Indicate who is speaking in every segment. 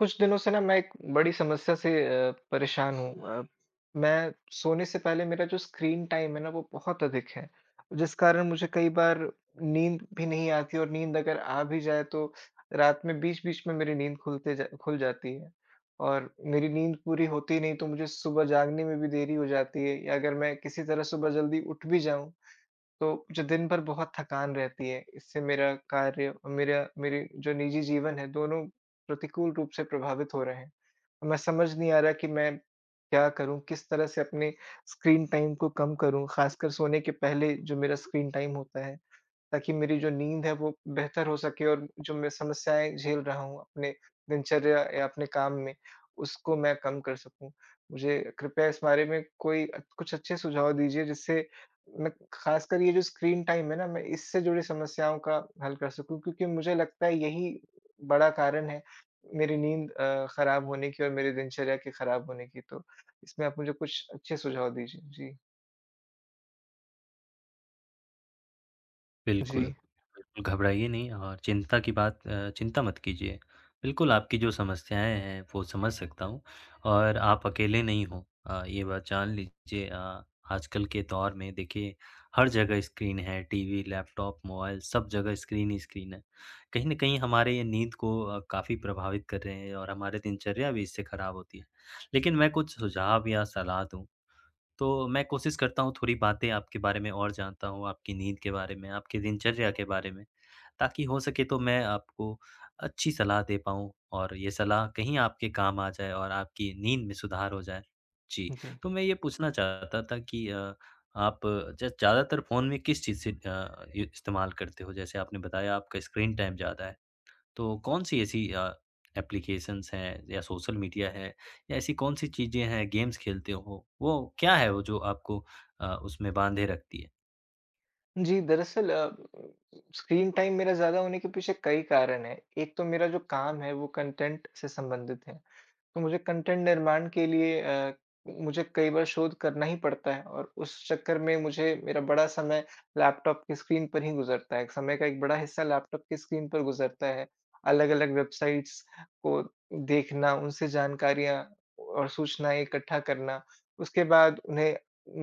Speaker 1: कुछ दिनों से ना मैं एक बड़ी समस्या से परेशान हूँ। मैं सोने से पहले मेरा जो स्क्रीन टाइम है ना वो बहुत अधिक है, जिस कारण मुझे कई बार नींद भी नहीं आती और नींद अगर आ भी जाए तो रात में बीच-बीच में मेरी नींद खुल जाती है। और मेरी नींद पूरी होती नहीं तो मुझे सुबह जागने में भी देरी हो जाती है या अगर मैं किसी तरह सुबह जल्दी उठ भी जाऊँ तो जो दिन भर बहुत थकान रहती है, इससे मेरा कार्य और मेरा मेरे जो निजी जीवन है, दोनों प्रतिकूल रूप से प्रभावित हो रहे हैं। और मैं समझ नहीं आ रहा कि मैं क्या करूँ? किस तरह से अपने स्क्रीन टाइम को कम करूँ? ख़ासकर सोने के पहले जो मेरा स्क्रीन टाइम होता है, ताकि मेरी जो नींद है वो बेहतर हो सके और जो मैं समस्याएँ झेल रहा हूँ अपने दिनचर्या या अपने काम में, उसको मैं कम कर सकूँ। मुझे कृपया इस बारे में कुछ अच्छे सुझाव दीजिए, जिससे मैं खासकर ये जो स्क्रीन टाइम है ना, मैं इससे जुड़ी समस्याओं का हल कर सकूँ, क्योंकि मुझे लगता है यही बड़ा कारण है मेरी नींद खराब होने की और मेरी दिनचर्या के खराब होने की। तो इसमें आप मुझे कुछ अच्छे सुझाव दीजिए। जी। जी,
Speaker 2: बिल्कुल,
Speaker 1: जी।
Speaker 2: बिल्कुल घबराइए नहीं और चिंता की बात चिंता मत कीजिए। बिल्कुल आपकी जो समस्याएँ हैं वो समझ सकता हूँ और आप अकेले नहीं हो। ये बात जान लीजिए आजकल के दौर में देखिए हर जगह स्क्रीन है, टीवी, लैपटॉप, मोबाइल सब जगह स्क्रीन ही स्क्रीन है। कहीं न कहीं हमारे ये नींद को काफ़ी प्रभावित कर रहे हैं और हमारे दिनचर्या भी इससे खराब होती है। लेकिन मैं कुछ सुझाव या सलाह दूँ तो मैं कोशिश करता हूँ थोड़ी बातें आपके बारे में और जानता हूँ, आपकी नींद के बारे में, आपकी दिनचर्या के बारे में, ताकि हो सके तो मैं आपको अच्छी सलाह दे पाऊँ और ये सलाह कहीं आपके काम आ जाए और आपकी नींद में सुधार हो जाए। जी,
Speaker 1: जी।
Speaker 2: तो मैं ये पूछना चाहता था कि आप ज ज़्यादातर फ़ोन में किस चीज़ से इ इस्तेमाल करते हो? जैसे आपने बताया आपका स्क्रीन टाइम ज़्यादा है। तो कौन-सी ऐसी एप्लीकेशंस हैं या सोशल मीडिया है या ऐसी कौन-सी चीज़ें हैं, गेम्स खेलते हो? वो क्या है वो जो आपको उसमें बाँधे रखती है?
Speaker 1: जी, दरअसल स्क्रीन टाइम मेरा ज़्यादा होने के पीछे कई कारण हैं। एक तो मेरा जो काम है, वो कंटेंट से संबंधित है। तो मुझे कंटेंट निर्माण के लिए मुझे कई बार शोध करना ही पड़ता है और उस चक्कर में मुझे मेरा बड़ा समय लैपटॉप की स्क्रीन पर ही गुज़रता है। समय का एक बड़ा हिस्सा लैपटॉप की स्क्रीन पर गुज़रता है। अलग-अलग वेबसाइट्स को देखना, उनसे जानकारियाँ और सूचनाएँ इकट्ठा करना, उसके बाद उन्हें,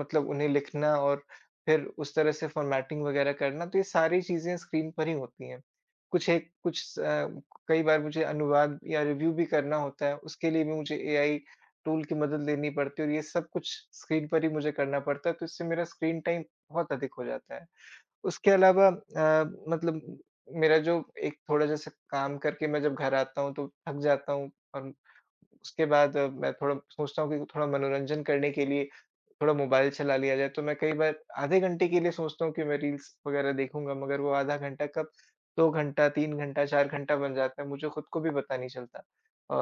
Speaker 1: मतलब उन्हें लिखना और फिर उस तरह से फ़ॉर्मेटिंग वग़ैरह करना, तो ये सारी चीज़ें स्क्रीन पर ही होती हैं। कुछ एक कुछ स कई बार मुझे अनुवाद या रिव्यू भी करना होता है, उसके लिए भी मुझे एआई टूल की मदद लेनी पड़ती है और ये सब कुछ स्क्रीन पर ही मुझे करना पड़ता है, तो इससे मेरा स्क्रीन टाइम बहुत अधिक हो जाता है। उसके अलावा मतलब मेरा जो एक थोड़ा जैसे, काम करके मैं जब घर आता हूँ तो थक जाता हूँ और उसके बाद मैं थोड़ा सोचता हूँ कि थोड़ा मनोरंजन करने के लिए थोड़ा मोबाइल चला लिया जाए, तो मैं कई बार आधे घंटे के लिए सोचता हूँ कि मैं रील्स वगैरह देखूँगा, मगर वो आधा घंटा कब 2 घंटा, 3 घंटा, 4 घंटा बन जाता है, मुझे खुद को भी पता नहीं चलता। अ,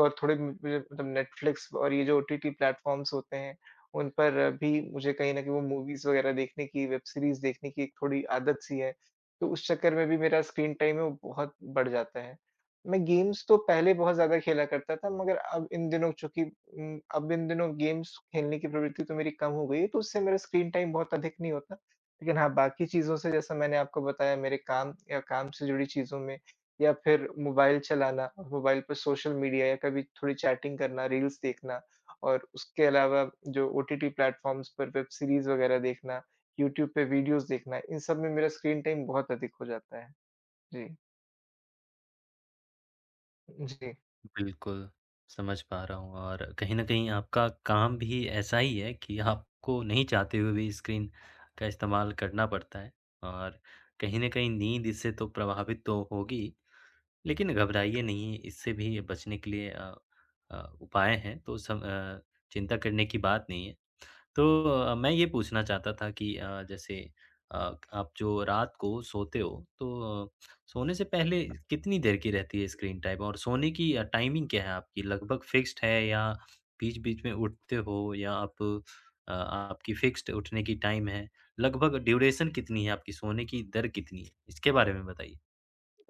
Speaker 1: और थोड़े मुझे, मतलब नेटफ्लिक्स और ये जो ओटीटी प्लेटफ़ॉर्म्स होते हैं, उन पर भी मुझे कहीं न कहीं वो मूवीज़ वग़ैरह देखने की, वेब सीरीज़ देखने की एक थोड़ी आदत सी है, तो उस चक्कर में भी मेरा स्क्रीन टाइम है वो बहुत बढ़ जाता है। मैं गेम्स तो पहले बहुत ज़्यादा खेला करता था, मगर अब इन दिनों अब इन दिनों गेम्स खेलने की प्रवृत्ति तो मेरी कम हो गई है, तो उससे मेरा स्क्रीन टाइम बहुत अधिक नहीं होता। लेकिन हाँ, बाकी चीज़ों से, जैसा मैंने आपको बताया, मेरे काम या काम से जुड़ी चीज़ों में या फिर मोबाइल चलाना, मोबाइल पर सोशल मीडिया या कभी थोड़ी चैटिंग करना, रील्स देखना, और उसके अलावा जो ओटीटी प्लेटफ़ॉर्म्स पर वेब सीरीज़ वग़ैरह देखना, यूट्यूब पे वीडियोज़ देखना, इन सब में मेरा स्क्रीन टाइम बहुत अधिक हो जाता है। जी। जी।
Speaker 2: बिल्कुल, समझ पा रहा हूँ और कहीं न कहीं आपका काम भी ऐसा ही है कि आपको नहीं चाहते हुए भी स्क्रीन का इस्तेमाल करना पड़ता है और कहीं न कहीं नींद इससे तो प्रभावित तो होगी, लेकिन घबराइए नहीं, इससे भी बचने के लिए उपाय हैं, तो चिंता करने की बात नहीं है। तो मैं ये पूछना चाहता था कि जैसे अ, आप जो रात को सोते हो तो अ, सोने से पहले कितनी देर की रहती है स्क्रीन टाइम और सोने की टाइमिंग क्या है आपकी? लगभग फिक्स्ड है या बीच-बीच में उठते हो या आप आपकी फिक्स्ड उठने की टाइम है? लगभग ड्यूरेशन कितनी है आपकी सोने की दर कितनी है? इसके बारे में बताइए।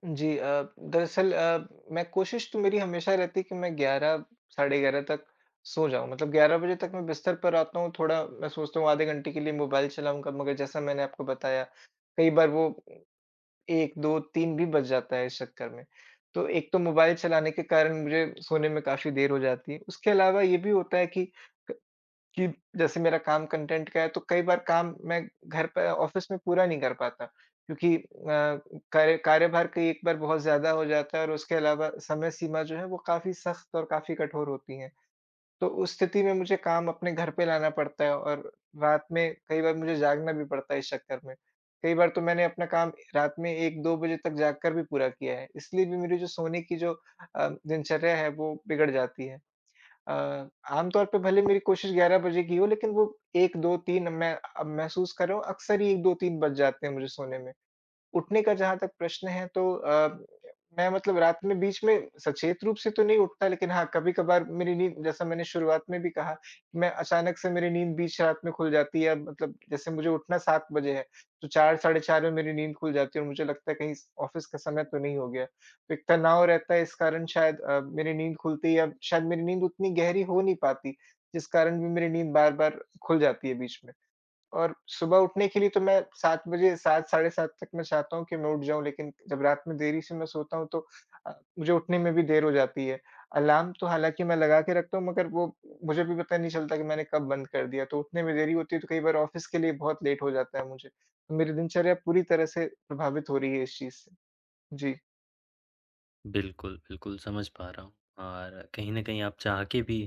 Speaker 1: जी, दरअसल, मैं, कोशिश तो मेरी हमेशा रहती है कि मैं 11, साढ़े 11 तक सो जाऊँ। मतलब 11 बजे तक मैं बिस्तर पर आता हूँ, थोड़ा मैं सोचता हूँ आधे घंटे के लिए मोबाइल चलाऊँगा, मगर जैसा मैंने आपको बताया, कई बार वो 1, 2, 3 भी बज जाता है इस चक्कर में। तो एक तो मोबाइल चलाने के कारण मुझे सोने में काफ़ी देर हो जाती है। उसके अलावा ये भी होता है कि क कि जैसे मेरा काम कंटेंट का है, तो कई बार काम मैं घर पे, ऑफ़िस में पूरा नहीं कर पाता, क्योंकि कार्यभार कई एक बार बहुत ज़्यादा हो जाता है और उसके अलावा समय सीमा जो है वो काफ़ी सख्त और काफ़ी कठोर होती है। तो उस स्थिति में मुझे काम अपने घर पे लाना पड़ता है और रात में कई बार मुझे जागना भी पड़ता है इस चक्कर में। कई बार तो मैंने अपना काम रात में 1-2 बजे तक जाग कर भी पूरा किया है, इसलिए भी मेरी जो सोने की जो दिनचर्या है वो बिगड़ जाती है। अ, आमतौर पे भले मेरी कोशिश 11 बजे की हो, लेकिन वो 1-2-3, मैं अब महसूस कर रहा हूँ, अक्सर ही 1-2-3 बज जाते हैं मुझे सोने में। उठने का जहाँ तक प्रश्न है, तो मैं, मतलब रात में बीच में सचेत रूप से तो नहीं उठता, लेकिन हाँ, कभी-कभार मेरी नींद, जैसा मैंने शुरुआत में भी कहा, मैं अचानक से मेरी नींद बीच रात में खुल जाती है, मतलब जैसे मुझे उठना 7 बजे है, तो 4, साढ़े 4 में मेरी नींद खुल जाती है और मुझे लगता है कहीं स ऑफ़िस का समय तो नहीं हो गया। तो एक तनाव रहता है, इस कारण शायद मेरी नींद खुलती है या शायद मेरी नींद उतनी गहरी हो नहीं पाती, जिस कारण भी मेरी नींद बार-बार खुल जाती है बीच में। और सुबह उठने के लिए तो मैं 7 बजे, 7, साढ़े 7 तक मैं चाहता हूँ कि मैं उठ जाऊँ, लेकिन जब रात में देरी से मैं सोता हूँ, तो अ, मुझे उठने में भी देर हो जाती है। अलार्म तो हालाँकि मैं लगा के रखता हूँ, मगर वो मुझे भी पता नहीं चलता कि मैंने कब बंद कर दिया, तो उठने में देरी होती है, तो कई बार ऑफ़िस के लिए बहुत लेट हो जाता है मुझे। तो मेरी दिनचर्या पूरी तरह से प्रभावित हो रही है इस चीज़ से। जी।
Speaker 2: बिल्कुल, बिल्कुल समझ पा रहा हूँ और कहीं न कहीं आप चाह के भी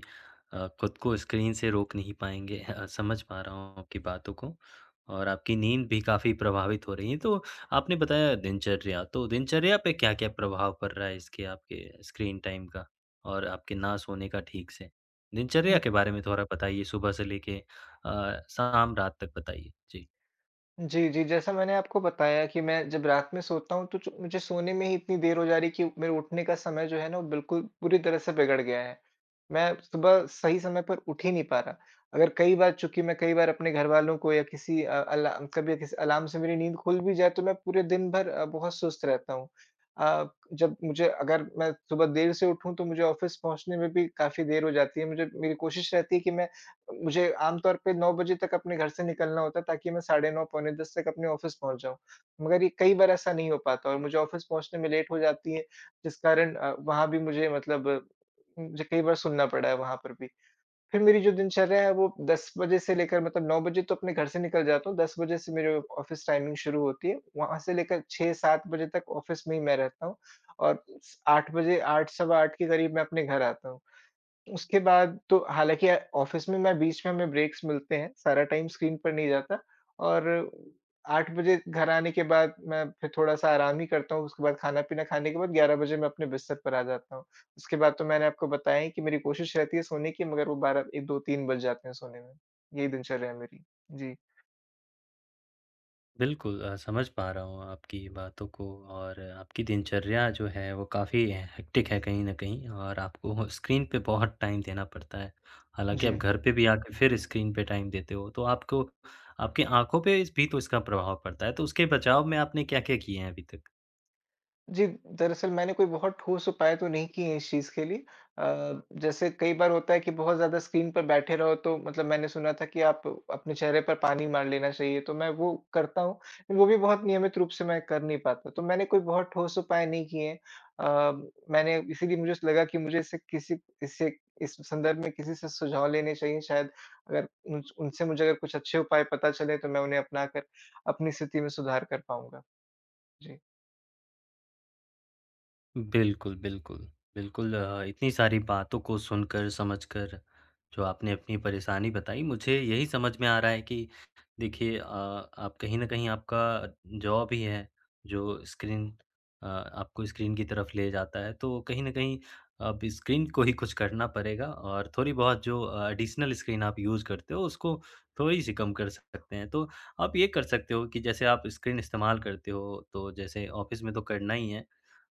Speaker 2: खुद को स्क्रीन से रोक नहीं पाएँगे। समझ पा रहा हूँ आपकी बातों को और आपकी नींद भी काफ़ी प्रभावित हो रही है। तो आपने बताया दिनचर्या, तो दिनचर्या पे क्या-क्या प्रभाव पड़ रहा है इसके आपके स्क्रीन टाइम का और आपके ना सोने का ठीक से? दिनचर्या के बारे में थोड़ा बताइए सुबह से लेके शाम रात तक बताइए? जी।
Speaker 1: जी, जी। जैसा मैंने आपको बताया कि मैं जब रात में सोता हूँ तो जो मुझे सोने में ही इतनी देर हो जा रही है कि मेरे उठने का समय जो है ना वो बिल्कुल पूरी तरह से बिगड़ गया है। मैं सुबह सही समय पर उठ ही नहीं पा रहा। अगर कई बार, चूँकि मैं कई बार अपने घरवालों को या किसी अ, अला कभी किसी अलार्म से मेरी नींद खुल भी जाए, तो मैं पूरे दिन भर बहुत सुस्त रहता हूँ। अ, जब मुझे, अगर मैं सुबह देर से उठूँ तो मुझे ऑफ़िस पहुँचने में भी काफ़ी देर हो जाती है। मुझे, मेरी कोशिश रहती है कि मैं, मुझे आमतौर पे 9 बजे तक अपने घर से निकलना होता है, ताकि मैं साढ़े 9, पौने 10 तक अपने ऑफ़िस पहुँच जाऊँ। मगर ये कई बार ऐसा नहीं हो पाता और मुझे ऑफ़िस पहुँचने में लेट हो जाती है, जिस कारण वहाँ भी मुझे, मतलब मुझे कई बार सुनना पड़ा है वहाँ पर भी। फिर मेरी जो दिनचर्या है वो 10 बजे से लेकर, मतलब 9 बजे तो अपने घर से निकल जाता हूँ, 10 बजे से मेरे ऑफ़िस टाइमिंग शुरू होती है। वहाँ से लेकर 6-7 बजे तक ऑफ़िस में ही मैं रहता हूँ और स 8 बजे, 8, सवा 8 के करीब मैं अपने घर आता हूँ। उसके बाद तो हालाँकि ऑफ़िस में मैं बीच में, हमें ब्रेक्स मिलते हैं, सारा टाइम स्क्रीन पर नहीं जाता और 8 बजे घर आने के बाद मैं फिर थोड़ा-सा आराम ही करता हूँ, उसके बाद खाना-पीना खाने के बाद 11 बजे मैं अपने बिस्तर पर आ जाता हूँ। उसके बाद तो मैंने आपको बताया ही कि मेरी कोशिश रहती है सोने की, मगर वो 12, ए 2-3 बज जाते हैं सोने में। यही दिनचर्या है मेरी। जी।
Speaker 2: बिल्कुल समझ पा रहा हूँ आपकी बातों को और आपकी दिनचर्या जो है वो काफ़ी हेक्टिक है कहीं न कहीं और आपको स्क्रीन पे बहुत टाइम देना पड़ता है। हालाँकि आप
Speaker 1: जी।
Speaker 2: घर पे भी हुँ। आके फिर स्क्रीन पे टाइम देते हो, तो आपको आपकी आँखों पे इस भी तो इसका प्रभाव पड़ता है, तो उसके बचाव में आपने क्या-क्या किए हैं अभी तक?
Speaker 1: जी, दरअसल मैंने कोई बहुत ठोस उपाय तो नहीं किए हैं इस चीज़ के लिए। जैसे कई बार होता है कि बहुत ज़्यादा स्क्रीन पर बैठे रहो, तो मतलब मैंने सुना था कि आप अपने चेहरे पर पानी मार लेना चाहिए, तो मैं वो करता हूँ। लेकिन वो भी बहुत नियमित रूप से मैं कर नहीं पाता, तो मैंने कोई बहुत ठोस उपाय नहीं किए हैं। अ, मैंने, इसीलिए मुझे लगा कि मुझे इससे इस संदर्भ में किसी से सुझाव लेने चाहिए, शायद अगर उन उनसे मुझे अगर कुछ अच्छे उपाय पता चले तो मैं उन्हें अपनाकर अपनी स्थिति में सुधार कर पाऊँगा। जी।
Speaker 2: बिल्कुल, बिल्कुल। बिल्कुल इतनी सारी बातों को सुनकर, समझकर जो आपने अपनी परेशानी बताई मुझे यही समझ में आ रहा है कि देखिए आप कहीं न कहीं आपका जॉब ही है जो स्क्रीन आपको स्क्रीन की तरफ ले जाता है। तो कहीं न कहीं अब स्क्रीन को ही कुछ करना पड़ेगा और थोड़ी बहुत जो एडिशनल स्क्रीन आप यूज़ करते हो उसको थोड़ी-सी कम कर सकते हैं। तो आप ये कर सकते हो कि जैसे आप स्क्रीन इस्तेमाल करते हो तो जैसे ऑफ़िस में तो करना ही है।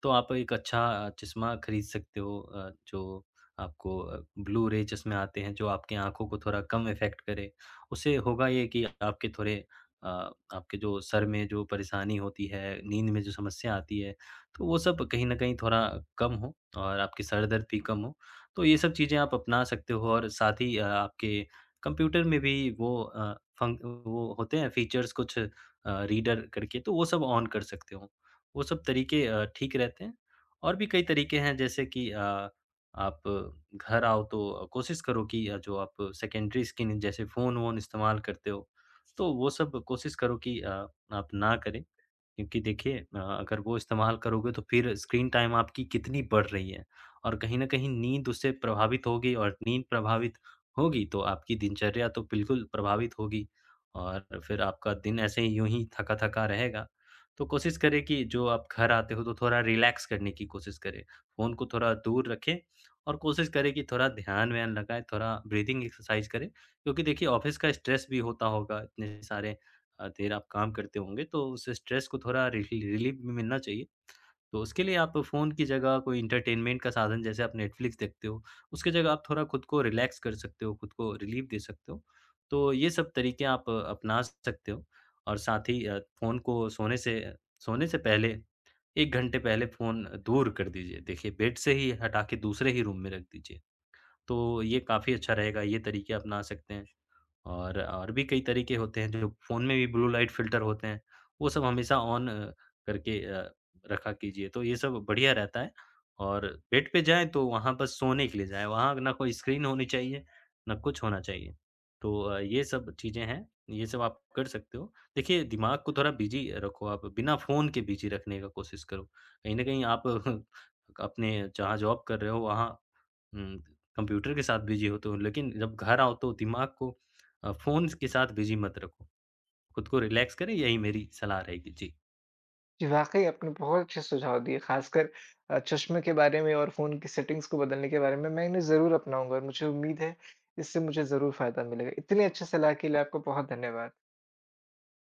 Speaker 2: तो आप एक अच्छा चश्मा खरीद सकते हो जो आपको ब्लू रे चश्मे आते हैं, जो आपकी आँखों को थोड़ा कम इफ़ेक्ट करे। उससे होगा ये कि आपके थोड़े अ, आपके जो सर में जो परेशानी होती है, नींद में जो समस्या आती है, तो वो सब कहीं न कहीं थोड़ा कम हो और आपकी सर दर्द भी कम हो। तो ये सब चीज़ें आप अपना सकते हो और साथ ही आपके कंप्यूटर में भी वो फंक वो होते हैं फीचर्स कुछ रीडर करके, तो वो सब ऑन कर सकते हो। वो सब तरीके ठीक रहते हैं। और भी कई तरीके हैं जैसे कि आप घर आओ तो कोशिश करो कि जो आप सेकेंडरी स्किन जैसे फ़ोन-वोन इस्तेमाल करते हो, तो वो सब कोशिश करो कि आप ना करें। क्योंकि देखिए अगर वो इस्तेमाल करोगे तो फिर स्क्रीन टाइम आपकी कितनी बढ़ रही है और कहीं न कहीं नींद उससे प्रभावित होगी और नींद प्रभावित होगी तो आपकी दिनचर्या तो बिल्कुल प्रभावित होगी और फिर आपका दिन ऐसे ही यूँ ही थका-थका रहेगा। तो कोशिश करें कि जो आप घर आते हो तो थोड़ा रिलैक्स करने की कोशिश करें। फ़ोन को थोड़ा दूर रखें और कोशिश करें कि थोड़ा ध्यान-व्यान लगाएँ, थोड़ा ब्रीथिंग एक्सरसाइज़ करें क्योंकि देखिए ऑफ़िस का स्ट्रेस भी होता होगा, इतने सारे देर आप काम करते होंगे, तो उस स्ट्रेस को थोड़ा रिलीफ भी मिलना चाहिए। तो उसके लिए आप फ़ोन की जगह कोई एंटरटेनमेंट का साधन जैसे आप नेटफ्लिक्स देखते हो, उसकी जगह आप थोड़ा खुद को रिलैक्स कर सकते हो, खुद को रिलीफ दे सकते हो। तो ये सब तरीके आप अपना सकते हो और साथ ही फ़ोन को सोने से पहले 1 घंटे पहले फ़ोन दूर कर दीजिए। देखिए बेड से ही हटा के दूसरे ही रूम में रख दीजिए। तो ये काफ़ी अच्छा रहेगा, ये तरीके अपना सकते हैं। और भी कई तरीके होते हैं जो फ़ोन में भी ब्लू लाइट फ़िल्टर होते हैं, वो सब हमेशा ऑन करके रखा कीजिए, तो ये सब बढ़िया रहता है। और बेड पे जाएँ तो वहाँ बस सोने के लिए जाएँ, वहाँ ना कोई स्क्रीन होनी चाहिए, ना कुछ होना चाहिए। तो ये सब चीज़ें हैं, ये सब आप कर सकते हो। देखिए दिमाग को थोड़ा बिज़ी रखो आप, बिना फ़ोन के बिज़ी रखने का कोशिश करो। कहीं न कहीं आप अपने जहाँ जॉब कर रहे हो वहाँ उम, कंप्यूटर के साथ बिज़ी होते हो, लेकिन जब घर आओ तो दिमाग को फ़ोन्स के साथ बिज़ी मत रखो, खुद को रिलैक्स करें यही मेरी सलाह रहेगी। जी।
Speaker 1: जी, वाक़ई आपने बहुत अच्छे सुझाव दिए, ख़ासकर चश्मे के बारे में और फ़ोन की सेटिंग्स को बदलने के बारे में, मैं इन्हें ज़रूर अपनाऊँगा और मुझे उम्मीद है, इससे मुझे ज़रूर फ़ायदा मिलेगा। इतनी अच्छी सलाह के लिए आपका बहुत धन्यवाद।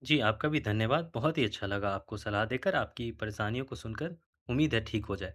Speaker 2: जी, आपका भी धन्यवाद, बहुत ही अच्छा लगा आपको सलाह देकर, आपकी परेशानियों को सुनकर, उम्मीद है ठीक हो जाए।